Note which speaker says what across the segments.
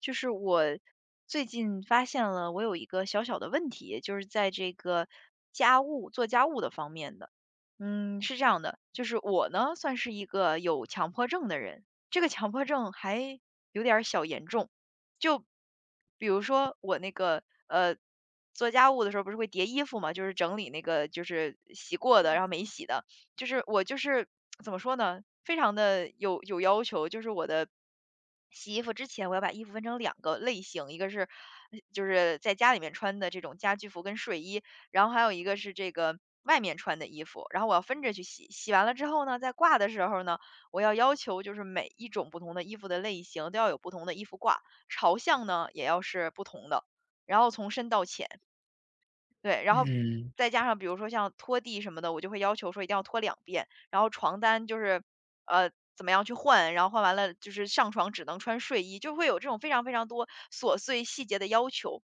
Speaker 1: 就是我最近发现了我有一个小小的问题，就是在这个做家务的方面的。嗯，是这样的，就是我呢算是一个有强迫症的人，这个强迫症还有点儿小严重。就比如说我那个做家务的时候不是会叠衣服嘛，就是整理那个就是洗过的，然后没洗的。就是我就是怎么说呢，非常的有要求，就是我的。洗衣服之前，我要把衣服分成两个类型，一个是就是在家里面穿的这种家居服跟睡衣，然后还有一个是这个外面穿的衣服，然后我要分着去洗。洗完了之后呢，在挂的时候呢，我要求就是每一种不同的衣服的类型都要有不同的衣服挂，朝向呢也要是不同的，然后从深到浅。对，然后
Speaker 2: 嗯，
Speaker 1: 再加上比如说像拖地什么的，我就会要求说一定要拖两遍，然后床单就是，呃，怎么样去换，然后换完了就是上床只能穿睡衣，就会有这种非常非常多琐碎细节的要求。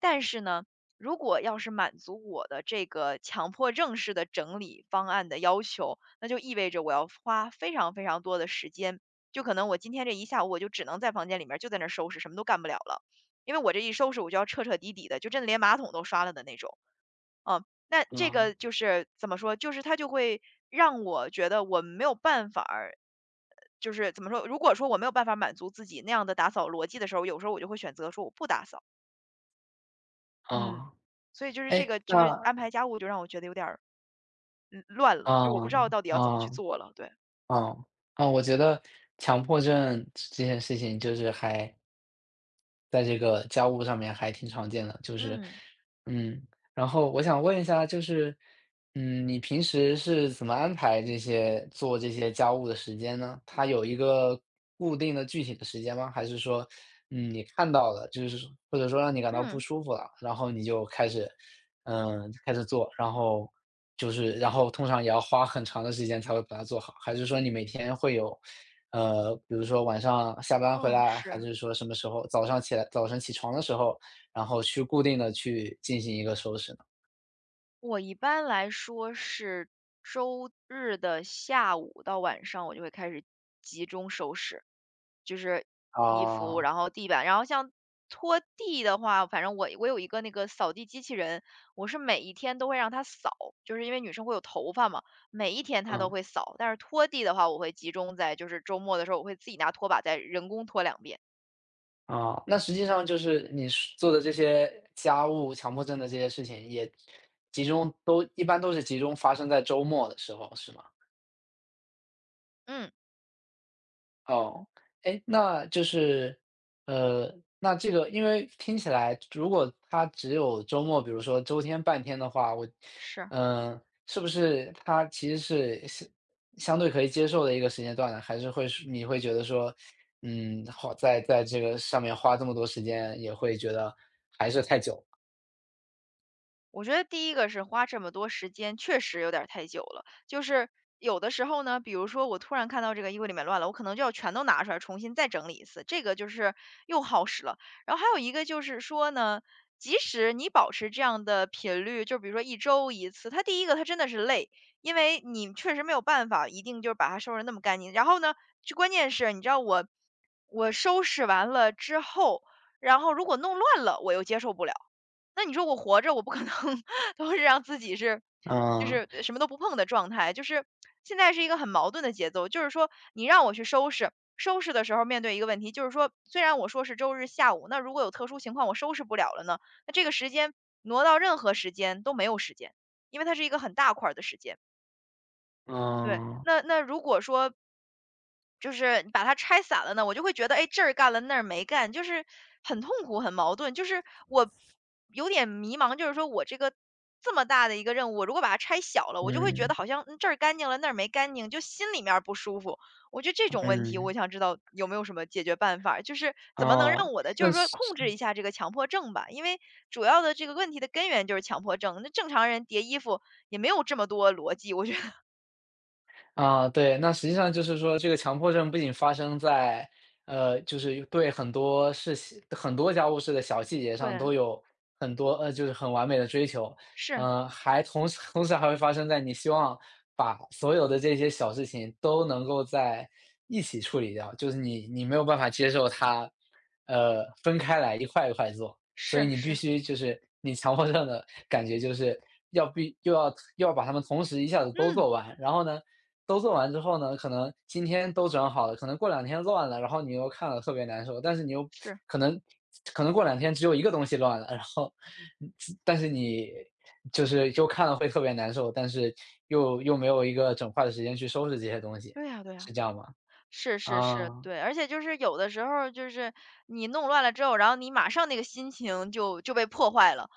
Speaker 1: 但是呢，如果要是满足我的这个强迫症式的整理方案的要求，那就意味着我要花非常非常多的时间，就可能我今天这一下午我就只能在房间里面就在那儿收拾，什么都干不了了。因为我这一收拾我就要彻彻底底的，就真的连马桶都刷了的那种。嗯，那这
Speaker 2: 啊，
Speaker 1: 个就是怎么说，就是它就会让我觉得我没有办法儿，就是怎么说，如果说我没有办法满足自己那样的打扫逻辑的时候，有时候我就会选择说我不打扫，嗯，
Speaker 2: 啊，
Speaker 1: 所以就是这
Speaker 2: 哎，
Speaker 1: 个就是
Speaker 2: 那，
Speaker 1: 安排家务就让我觉得有点儿乱了，就
Speaker 2: 啊，
Speaker 1: 是我不知道到底要怎么
Speaker 2: 啊，
Speaker 1: 去做了，对，
Speaker 2: 啊，啊，我觉得强迫症这件事情就是还在这个家务上面还挺常见的。就是，
Speaker 1: 嗯
Speaker 2: 嗯，然后我想问一下，就是，你平时是怎么安排这些做这些家务的时间呢？它有一个固定的具体的时间吗？还是说，你看到了，就是说或者说让你感到不
Speaker 1: 嗯
Speaker 2: 舒服了，然后你就开始，开始做，然后就是，然后通常也要花很长的时间才会把它做好。还是说你每天会有比如说晚上下班回
Speaker 1: 嗯，
Speaker 2: 来，还
Speaker 1: 是。
Speaker 2: 是说什么时候早上起来早晨起床的时候，然后去固定的去进行一个收拾呢？
Speaker 1: 我一般来说是周日的下午到晚上，我就会开始集中收拾，就是衣服，
Speaker 2: 啊，
Speaker 1: 然后地板，然后像拖地的话，反正我有一个那个扫地机器人，我是每一天都会让它扫，就是因为女生会有头发嘛，每一天它都
Speaker 2: 嗯，
Speaker 1: 会扫。但是拖地的话，我会集中在就是周末的时候，我会自己拿拖把在人工拖两遍。
Speaker 2: 啊，那实际上就是你是做的这些家务强迫症的这些事情也集中都一般都是集中发生在周末的时候，是吗？
Speaker 1: 嗯
Speaker 2: 哦，
Speaker 1: 嗯，
Speaker 2: 哎，那就是，呃，那这个因为听起来，如果他只有周末，比如说周天半天的话，我，
Speaker 1: 是。
Speaker 2: 嗯、是不是他其实是相对可以接受的一个时间段呢？还是会是你会觉得说，花在在这个上面花这么多时间，也会觉得还是太久
Speaker 1: 我觉得第一个是花这么多时间，确实有点儿太久了。就是有的时候呢，比如说我突然看到这个衣柜里面乱了，我可能就要全都拿出来重新再整理一次，这个就是又耗时了。然后还有一个就是说呢，即使你保持这样的频率，就比如说一周一次，它第一个它真的是累，因为你确实没有办法一定就是把它收拾得那么干净。然后呢，就关键是你知道我收拾完了之后，然后如果弄乱了，我又接受不了。那你说我活着，我不可能 都是让自己是
Speaker 2: 了。
Speaker 1: 就
Speaker 2: 嗯，
Speaker 1: 是什么都不碰的状态。就是现在是一个很矛盾的节奏，就是说你让我去收拾，收拾的时候面对一个问题，就是说虽然我说是周日下午，那如果有特殊情况我收拾不了了呢，那这个时间挪到任何时间都没有时间，因为它是一个很大块儿的时间。对，
Speaker 2: 嗯，
Speaker 1: 那如果说就是把它拆散了呢，我就会觉得，哎，这儿干了那儿没干，就是很痛苦、很矛盾。就是我有点迷茫，就是说我这个这么大的一个任务，我如果把它拆小了，我就会觉得
Speaker 2: 嗯，
Speaker 1: 好像这儿干净了那儿没干净，就心里面儿不舒服。我觉得这
Speaker 2: 嗯，
Speaker 1: 种问题，我
Speaker 2: 嗯。
Speaker 1: 想知道有没有什么解决办法就是怎么能
Speaker 2: 哦，
Speaker 1: 让我的，就
Speaker 2: 那
Speaker 1: 是说
Speaker 2: 是
Speaker 1: 控制一下这个强迫症吧，因为主要的这个问题的根源就是强迫症。那正常人叠衣服也没有这么多逻辑，我觉得
Speaker 2: 对，那实际上就是说，这个强迫症不仅发生在，就是对很多事情、很多家务事的小细 节上
Speaker 1: 对，
Speaker 2: 都有很多，就是很完美的追求，
Speaker 1: 是
Speaker 2: 还同时还会发生在你希望把所有的这些小事情都能够在一起处理掉，就是你没有办法接受它，分开来一块一块做。所以
Speaker 1: 是
Speaker 2: 你必
Speaker 1: 是，
Speaker 2: 须就是你强迫症的感觉就是要必又要又要把它们同时一下子都
Speaker 1: 嗯，
Speaker 2: 做完，然后呢，都做完之后呢，可能今天都整好了，可能过两天乱了，然后你又看了特别难受，但是你又
Speaker 1: 是。
Speaker 2: 可能可能过两天只有一个东西乱了，然后但是你就是又看了会特别难受，但是又没有一个整块的时间去收拾这些东西，
Speaker 1: 对呀对呀，
Speaker 2: 是这样吗？
Speaker 1: 是是是，
Speaker 2: 啊。
Speaker 1: 对，而且就是有的时候儿就是你弄乱了之后，然后你马上那个心情就被破坏了，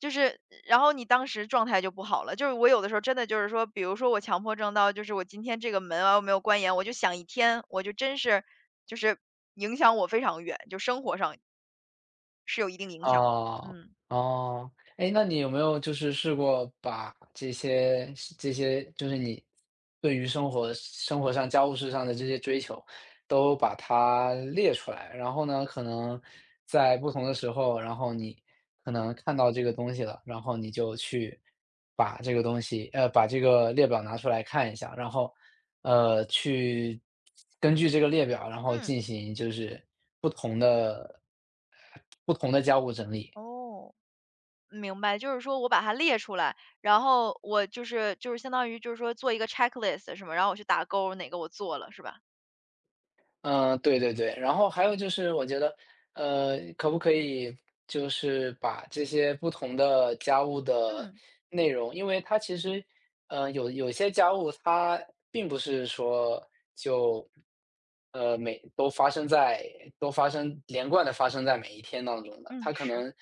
Speaker 1: 就是然后你当时状态就不好了。就是我有的时候真的就是说，比如说我强迫症到就是我今天这个门啊我没有关严，我就想一天，我就真是就是影响我非常远，就生活上是有一定影响的。
Speaker 2: 哦，
Speaker 1: 嗯
Speaker 2: 哦，哎，那你有没有就是试过把这些就是你对于生活上、家务事上的这些追求，都把它列出来，然后呢，可能在不同的时候，然后你可能看到这个东西了，然后你就去把这个东西，把这个列表拿出来看一下，然后去根据这个列表，然后
Speaker 1: 嗯。
Speaker 2: 进行就是不同的不同的家务整理。
Speaker 1: 哦。明白，就是说我把它列出来，然后我就是相当于就是说做一个 checklist 是吗？然后我去打勾，哪个我做了是吧？
Speaker 2: 嗯，对，对，对，然后还有就是我觉得，可不可以就是把这些不同的家务的
Speaker 1: 嗯，
Speaker 2: 内容，因为它其实，有些家务它并不是说就，每都发生在都发生连贯的发生在每一天当中的。
Speaker 1: 嗯，
Speaker 2: 它可
Speaker 1: 是，
Speaker 2: 能，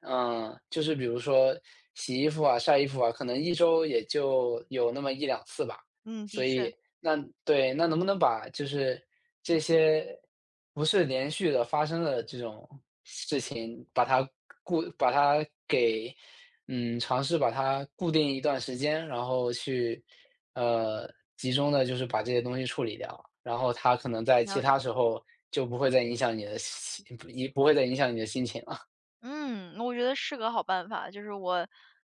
Speaker 2: 嗯，就是比如说洗衣服啊、晒衣服啊，可能一周也就有那么一两次吧。
Speaker 1: 嗯，的
Speaker 2: 所
Speaker 1: 确，
Speaker 2: 以那对，那能不能把就是这些不是连续的发生的这种事情，把它固把它给嗯，尝试把它固定一段时间，然后去呃，集中的就是把这些东西处理掉，然后它可能在其
Speaker 1: 了
Speaker 2: 他
Speaker 1: 解。
Speaker 2: 时候就不会再影响你的心不不会再影响你的心情了。
Speaker 1: 嗯，我觉得是个好办法，就是我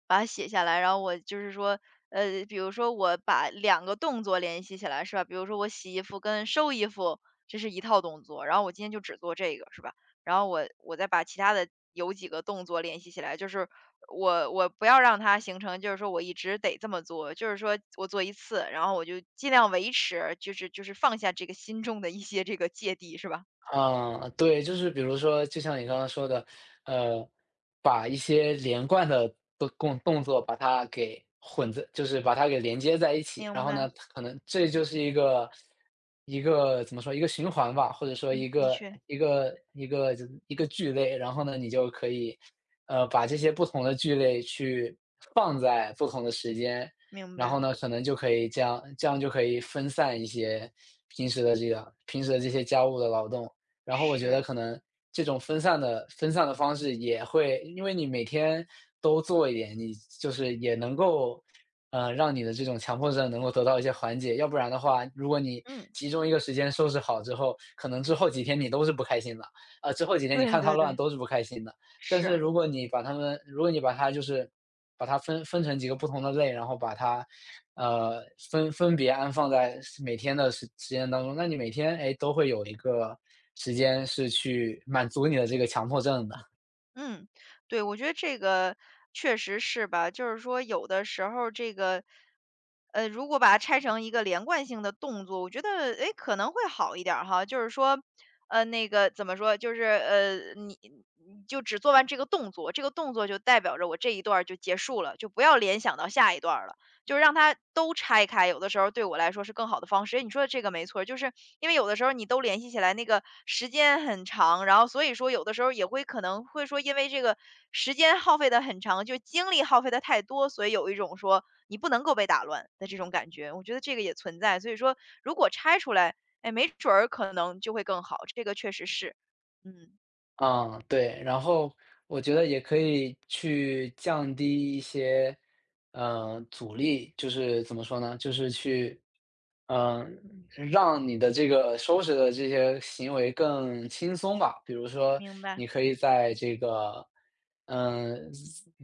Speaker 1: 把它写下来，然后我就是说，比如说我把两个动作联系起来，是吧？比如说我洗衣服跟收衣服，这是一套动作，然后我今天就只做这个，是吧？然后我再把其他的有几个动作联系起来，就是我不要让它形成，就是说我一直得这么做，就是说我做一次，然后我就尽量维持，就是放下这个心中的一些这个芥蒂，是吧？
Speaker 2: 嗯，对，就是比如说，就像你刚刚说的，呃，把一些连贯的动作把它给混在，就是把它给连接在一起，
Speaker 1: 明
Speaker 2: 然后
Speaker 1: 白，
Speaker 2: 呢，可能这就是一个怎么说，一个循环吧，或者说
Speaker 1: 嗯，
Speaker 2: 一
Speaker 1: 的
Speaker 2: 个
Speaker 1: 确
Speaker 2: 一个一个就是一个剧类。然后呢，你就可以把这些不同的剧类去放在不同的时间，
Speaker 1: 明
Speaker 2: 然后
Speaker 1: 白，
Speaker 2: 呢，可能就可以这样，这样就可以分散一些平时的这些家务的劳动。然后我觉
Speaker 1: 是。
Speaker 2: 得可能这种分散的方式也会，因为你每天都做一点，你就是也能够，让你的这种强迫症能够得到一些缓解。要不然的话，如果你
Speaker 1: 嗯，
Speaker 2: 集中一个时间收拾好之后，可能之后几天你都是不开心的，之后几天你
Speaker 1: 对
Speaker 2: 看它
Speaker 1: 对
Speaker 2: 乱
Speaker 1: 对，
Speaker 2: 都是不开心的。但是
Speaker 1: 是，
Speaker 2: 如果你把它们，如果你把它就是把它分成几个不同的类，然后把它呃分别安放在每天的时间当中，那你每天哎都会有一个时间是去满足你的这个强迫症的。
Speaker 1: 嗯，对，我觉得这个确实是吧，就是说有的时候这个，如果把它拆成一个连贯性的动作，我觉得诶可能会好一点儿哈，就是说，那个怎么说，就是你就只做完这个动作，这个动作就代表着我这一段儿就结束了，就不要联想到下一段儿了。就是让它都拆开，有的时候对我来说是更好的方式。诶，你说的这个没错儿，就是因为有的时候你都联系起来，那个时间很长，然后所以说有的时候也会可能会说，因为这个时间耗费的很长，就精力耗费的太多，所以有一种说你不能够被打乱的这种感觉。我觉得这个也存在，所以说如果拆出来，哎，没准儿可能就会更好，这个确实是。嗯，
Speaker 2: 嗯，对，然后我觉得也可以去降低一些，阻力，就是怎么说呢，就是去，让你的这个收拾的这些行为更轻松吧。比如说，
Speaker 1: 明白，
Speaker 2: 你可以在这个，嗯、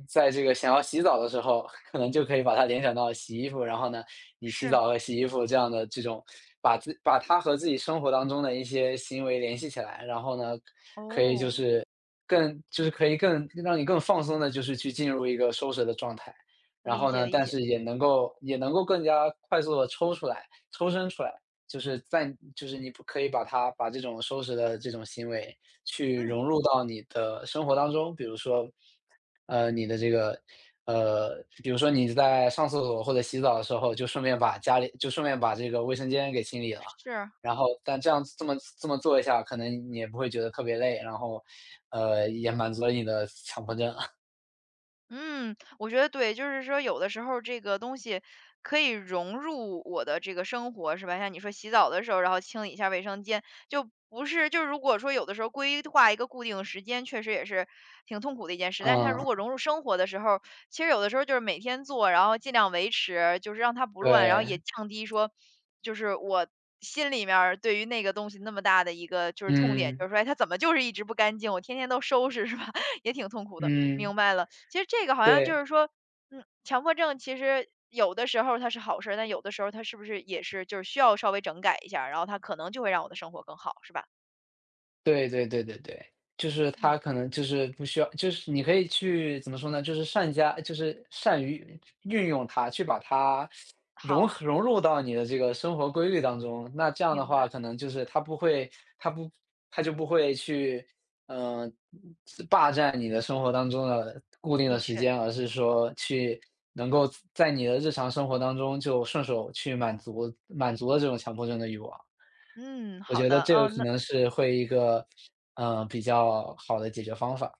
Speaker 2: 在这个想要洗澡的时候，可能就可以把它联想到洗衣服，然后呢，你洗
Speaker 1: 是，
Speaker 2: 澡和洗衣服这样的这种，把它和自己生活当中的一些行为联系起来，然后呢。
Speaker 1: 哦，
Speaker 2: 更就是可以更让你更放松的，就是去进入一个收拾的状态。然
Speaker 1: 理
Speaker 2: 后
Speaker 1: 解
Speaker 2: 呢，
Speaker 1: 理
Speaker 2: 但
Speaker 1: 解，
Speaker 2: 是也能够更加快速的抽身出来，就是在就是你不可以把它把这种收拾的这种行为去
Speaker 1: 嗯，
Speaker 2: 融入到你的生活当中。比如说你的这个比如说你在上厕所或者洗澡的时候，就顺便把家里就顺便把这个卫生间给清理了。
Speaker 1: 是。
Speaker 2: 然后但这样这么做一下，可能你也不会觉得特别累，然后，也满足了你的强迫症。
Speaker 1: 嗯，我觉得对，就是说有的时候这个东西可以融入我的这个生活，是吧？像你说洗澡的时候，然后清理一下卫生间，就不是就是如果说有的时候规划一个固定时间，确实也是挺痛苦的一件事。但是它如
Speaker 2: 嗯，
Speaker 1: 果融入生活的时候，其实有的时候就是每天做，然后尽量维持，就是让它不乱，然后也
Speaker 2: 对，
Speaker 1: 降低说，就是我。心里面儿对于那个东西那么大的一个就是痛点，就
Speaker 2: 嗯，
Speaker 1: 是说，哎，它怎么就是一直不干净？我天天都收拾是吧？也挺痛苦的。
Speaker 2: 嗯，
Speaker 1: 明白了，其实这个好像就
Speaker 2: 对。
Speaker 1: 是说，强迫症其实有的时候它是好事儿，但有的时候它是不是也是就是需要稍微整改一下儿然后它可能就会让我的生活更好，是吧？
Speaker 2: 对，对，对，对，对，就是
Speaker 1: 嗯，
Speaker 2: 他可能就是不需要，就是你可以去怎么说呢？就是善加，就是善于运用它，去把它
Speaker 1: 好，
Speaker 2: 融入到你的这个生活规律当中。那这样的
Speaker 1: 明
Speaker 2: 话，
Speaker 1: 白，
Speaker 2: 可能就是他不会，他不，他就不会去，嗯、霸占你的生活当中的固定的
Speaker 1: 的
Speaker 2: 时
Speaker 1: 确，
Speaker 2: 间，而是说去能够在你的日常生活当中就顺手去满足了这种强迫症的欲望。
Speaker 1: 嗯，
Speaker 2: 我
Speaker 1: 好
Speaker 2: 觉得
Speaker 1: 的，
Speaker 2: 这
Speaker 1: 哦，
Speaker 2: 个可
Speaker 1: 那
Speaker 2: 能是会一个，比较好的解决方法。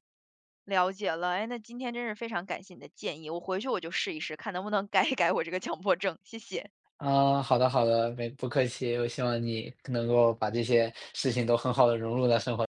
Speaker 1: 了解了，哎，那今天真是非常感谢你的建议，我回去我就试一试，看能不能改一改我这个强迫症，谢谢。
Speaker 2: 嗯，好的，好的，没不客气，我希望你能够把这些事情都很好的融入到生活